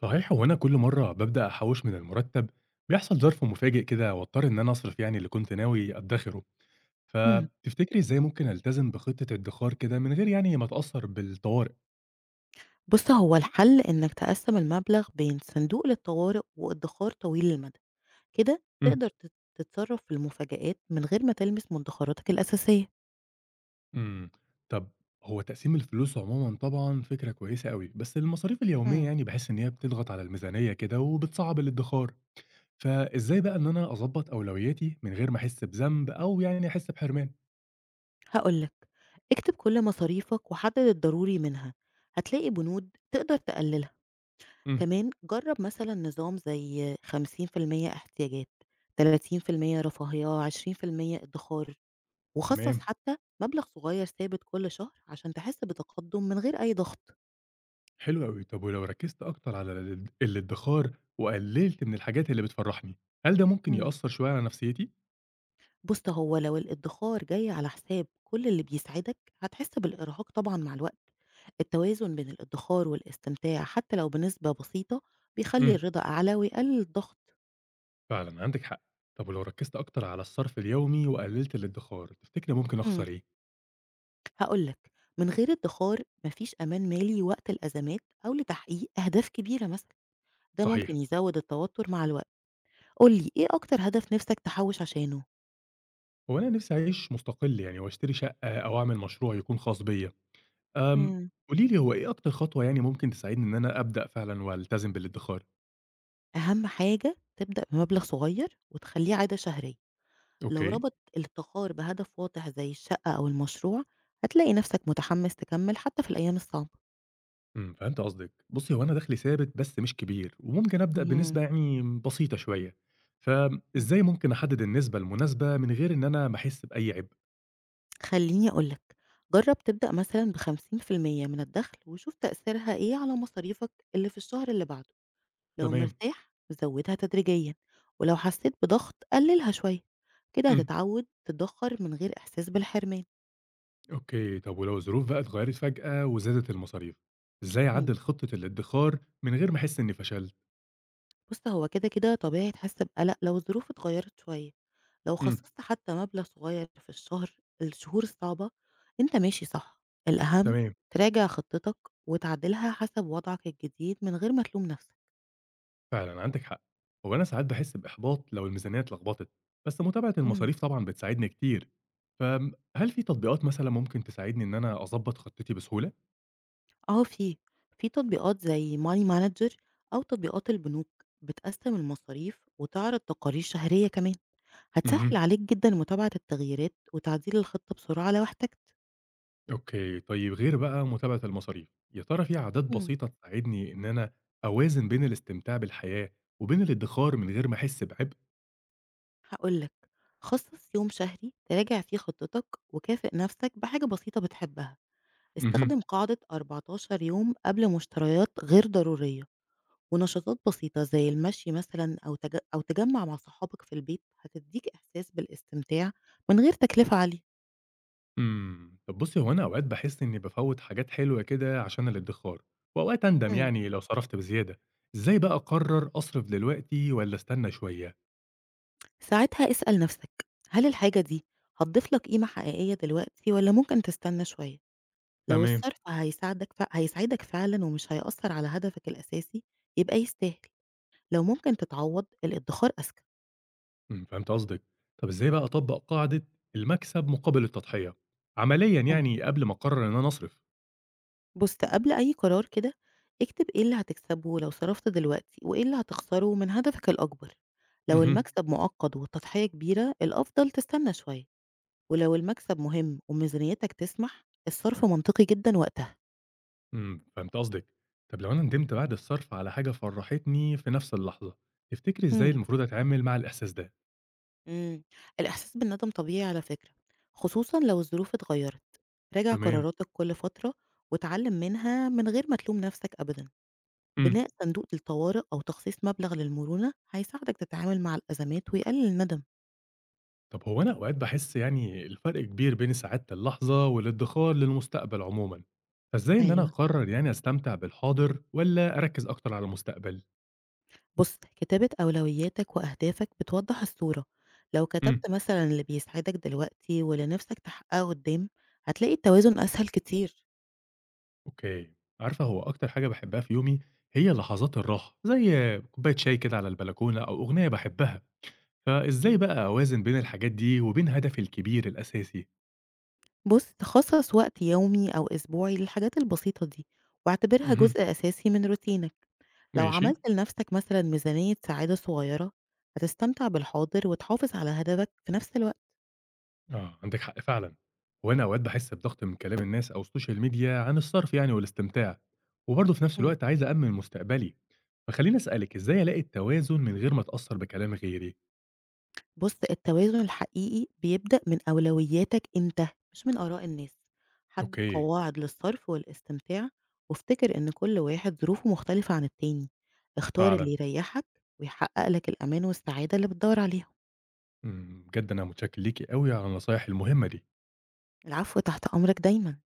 صحيح هو أنا كل مرة بابدأ أحوِّش من المُرتّب، بيحصل ظرف مفاجئ كده وأضطر إن أنا أصرف يعني اللي كنت ناوي أدّخِره، إمم. فتفتكري إزاي ممكن ألتزم بخطة إدّخار كده من غير يعني ما أتأثّر بالطوارئ؟ بُص، هو الحل إنّك تقسّم المبلغ بين صندوق للطوارئ وادّخار طويل المدى، كده إمم. تقدر تتصرّف في المفاجآت من غير ما تلمس مدخراتك الأساسية. إمم، طَب هو تقسيم الفلوس عمومًا طبعًا فكرة كويسة أوي، بس المصاريف اليومية إمم. يعني باحس إن هي بتضغط على الميزانية كده وبتصعّب الإدّخار، فإزاي بقى إن أنا أضبّط أولوياتي من غير ما أحس بذنب أو يعني أحس بحرمان؟ هاقول لك، اكتب كل مصاريفك وحدد الضروري منها، هتلاقي بنود تقدر تقللها. إمم. كمان جرّب مثلًا نظام زي 50% احتياجات، 30% رفاهية، 20% ادّخار، وخصّص تمام. حتى مبلغ صغير ثابت كل شهر عشان تحس بتقدُّم من غير أي ضغط. حلو أوي. طب ولو ركزت أكتر على الادخار وقللت من الحاجات اللي بتفرّحني، هل ده ممكن إمم. يأثّر شوية على نفسيتي؟ بُص، هو لو الادخار جاي على حساب كل اللي بيسعدك، هتحس بالإرهاق طبعًا مع الوقت. التوازن بين الادخار والاستمتاع حتى لو بنسبة بسيطة، بيخلي إمم، الرضا أعلى ويقلل الضغط. فعلًا عندِك حق. طب ولو ركزت أكتر على الصرف اليومي وقللت الادخار، تفتكري ممكن امم. أخسر إيه؟ هاقول لك، من غير ادخار مفيش أمان مالي وقت الأزمات أو لتحقيق أهداف كبيرة مثلًا، ده ممكن صحيح، يزود التوتر مع الوقت. قُل لي إيه أكتر هدف نفسك تحوِّش عشانه؟ هو أنا نفسي أعيش مستقل يعني وأشتري شقة أو أعمل مشروع يكون خاص بيّا. آمم، امم. قولي لي هو إيه أكتر خطوة يعني ممكن تساعدني إن أنا أبدأ فعلًا وألتزم بالادخار؟ أهم حاجة تبدأ بمبلغ صغير وتخليه عادة شهرية. لو أوكي. ربط الادخار بهدف واضح زي الشقة أو المشروع هتلاقي نفسك متحمس تكمل حتى في الأيام الصعبة فهمت قصدِك. بُصّي، هو أنا دخلي ثابت بس مش كبير، وممكن أبدأ مهم. بنسبة يعني بسيطة شوية، مم. فإزاي ممكن أحدد النسبة المناسبة من غير إن أنا ما أحس بأي عبء؟ خليني أقولك جرب تبدأ مثلا ب50% من الدخل وشوف تأثيرها إيه على مصاريفك اللي في الشهر اللي بعده لو تمام، مرتاح زودها تدريجيا ولو حسيت بضغط قللها شوية كده إمم، هتتعود تدخر من غير إحساس بالحرمان. أوكي. طب ولو الظروف بقى اتغيّرت فجأة وزادت المصاريف، إزاي أعدّل خطة الادخار من غير ما أحس إني فشلت؟ بُص، هو كده، طبيعي تحس بقلق لو الظروف اتغيّرت شوية، لو إمم، خصصت حتى مبلغ صغير في الشهر الشهور الصعبة أنت ماشي صح، الأهم تمام، تراجع خطتك وتعدلها حسب وضعك الجديد من غير ما تلوم نفسك. فعلًا عندِك حق. هو أنا ساعات باحس بإحباط لو الميزانية اتلخبطت، بس متابعة امم. المصاريف طبعًا بتساعدني كتير. هل في تطبيقات مثلًا ممكن تساعدني إن أنا أضبّط خطتي بسهولة؟ آه في، في تطبيقات زي money manager أو تطبيقات البنوك بتقسّم المصاريف وتعرض تقارير شهرية كمان، هتسهّل اهم. عليك جدًا متابعة التغييرات وتعديل الخطة بسرعة لو احتجت. أوكي، طيب غير بقى متابعة المصاريف، يا ترى في عادات امم. بسيطة تساعدني إن أنا أوازن بين الاستمتاع بالحياة وبين الادخار من غير ما أحس بعبء؟ هاقول لك، خصّص يوم شهري تراجع فيه خطتك وكافئ نفسك بحاجة بسيطة بتحبها، اهم، استخدم قاعدة 14 يوم قبل مشتريات غير ضرورية، ونشاطات بسيطة زي المشي مثلًا أو تجمّع مع صحابك في البيت هتدّيك إحساس بالاستمتاع من غير تكلفة عالية. طب بُصّي هو أنا أوقات باحس إني بافوّت حاجات حلوة كده عشان الادخار، وأوقات أندم إمم. يعني لو صرفت بزيادة، إزاي بقى أقرر أصرف دلوقتي والّا أستنى شوية؟ ساعتها اسأل نفسك هل الحاجة دي هتضيف لك قيمة حقيقية دلوقتي والّا ممكن تستنى شوية؟ لو تمام. الصرف هيساعدك فعلًا ومش هيأثّر على هدفك الأساسي يبقى يستاهل. لو ممكن تتعوّض الإدّخار أذكى. فهمت قصدك، طب إزاي بقى أطبّق قاعدة المكسب مقابل التضحية، عمليًا إمم. يعني قبل ما أقرر إن أنا أصرف؟ بُص، قبل أي قرار كده اكتب إيه اللي هتكسبه لو صرفت دلوقتي، وإيه اللي هتخسره من هدفك الأكبر. لو اهم. المكسب مؤقّت والتضحية كبيرة، الأفضل تستنى شوية، ولو المكسب مهم وميزانيتك تسمح، الصرف منطقي جدًا وقتها. فهمت قصدِك. طب لو أنا ندمت بعد الصرف على حاجة فرّحتني في نفس اللحظة، تفتكري إزاي إمم. المفروض أتعامل مع الإحساس ده؟ إمم، الإحساس بالندم طبيعي على فكرة، خصوصًا لو الظروف اتغيّرت. راجع تمام، قراراتك كل فترة واتعلّم منها من غير ما تلوم نفسك أبدًا. إمم. بناء صندوق للطوارئ أو تخصيص مبلغ للمرونة هيساعدك تتعامل مع الأزمات ويقلل الندم. طب هو أنا أوقات باحس يعني الفرق كبير بين سعادة اللحظة والادخار للمستقبل عمومًا، فإزاي إن أنا ايوه، أقرر يعني أستمتع بالحاضر والّا أركّز أكتر على المستقبل؟ بص كتابة أولوياتك وأهدافك بتوضح الصورة، لو إمم، كتبت مثلا اللي بيسعدك دلوقتي واللي نفسك تحققه قدام هتلاقي التوازن أسهل كتير. أوكي. عارفة هو أكتر حاجة باحبها في يومي هي لحظات الراحة، زي كوباية شاي كده على البلكونة أو أغنية باحبها، فإزاي مم. بقى أوازن بين الحاجات دي وبين هدفي الكبير الأساسي؟ بص تخصص وقت يومي أو أسبوعي للحاجات البسيطة دي واعتبرها اهم، جزء أساسي من روتينك، لو ماشي. عملت لنفسك مثلا ميزانية سعادة صغيرة هتستمتع بالحاضر وتحافظ على هدفك في نفس الوقت. آه، عندِك حق فعلًا. هو أنا أوقات باحس بضغط من كلام الناس أو الsocial media عن الصرف يعني والاستمتاع، وبرضه في نفس مم. الوقت عايز أأمِّن مستقبلي. فخلّيني أسألِك، إزاي ألاقي التوازن من غير ما أتأثّر بكلام غيري؟ بُص، التوازن الحقيقي بيبدأ من أولوياتك أنت، مش من آراء الناس. حدد أوكي، قواعد للصرف والاستمتاع، وافتكر إن كل واحد ظروفه مختلفة عن التاني. اختار اللي فعلًا. يريحك ويحقق لك الأمان والسعادة اللي بتدور عليهم. بجد أنا متشكر ليكِ أوي على النصايح المهمة دي. العفو، تحت أمرك دايمًا.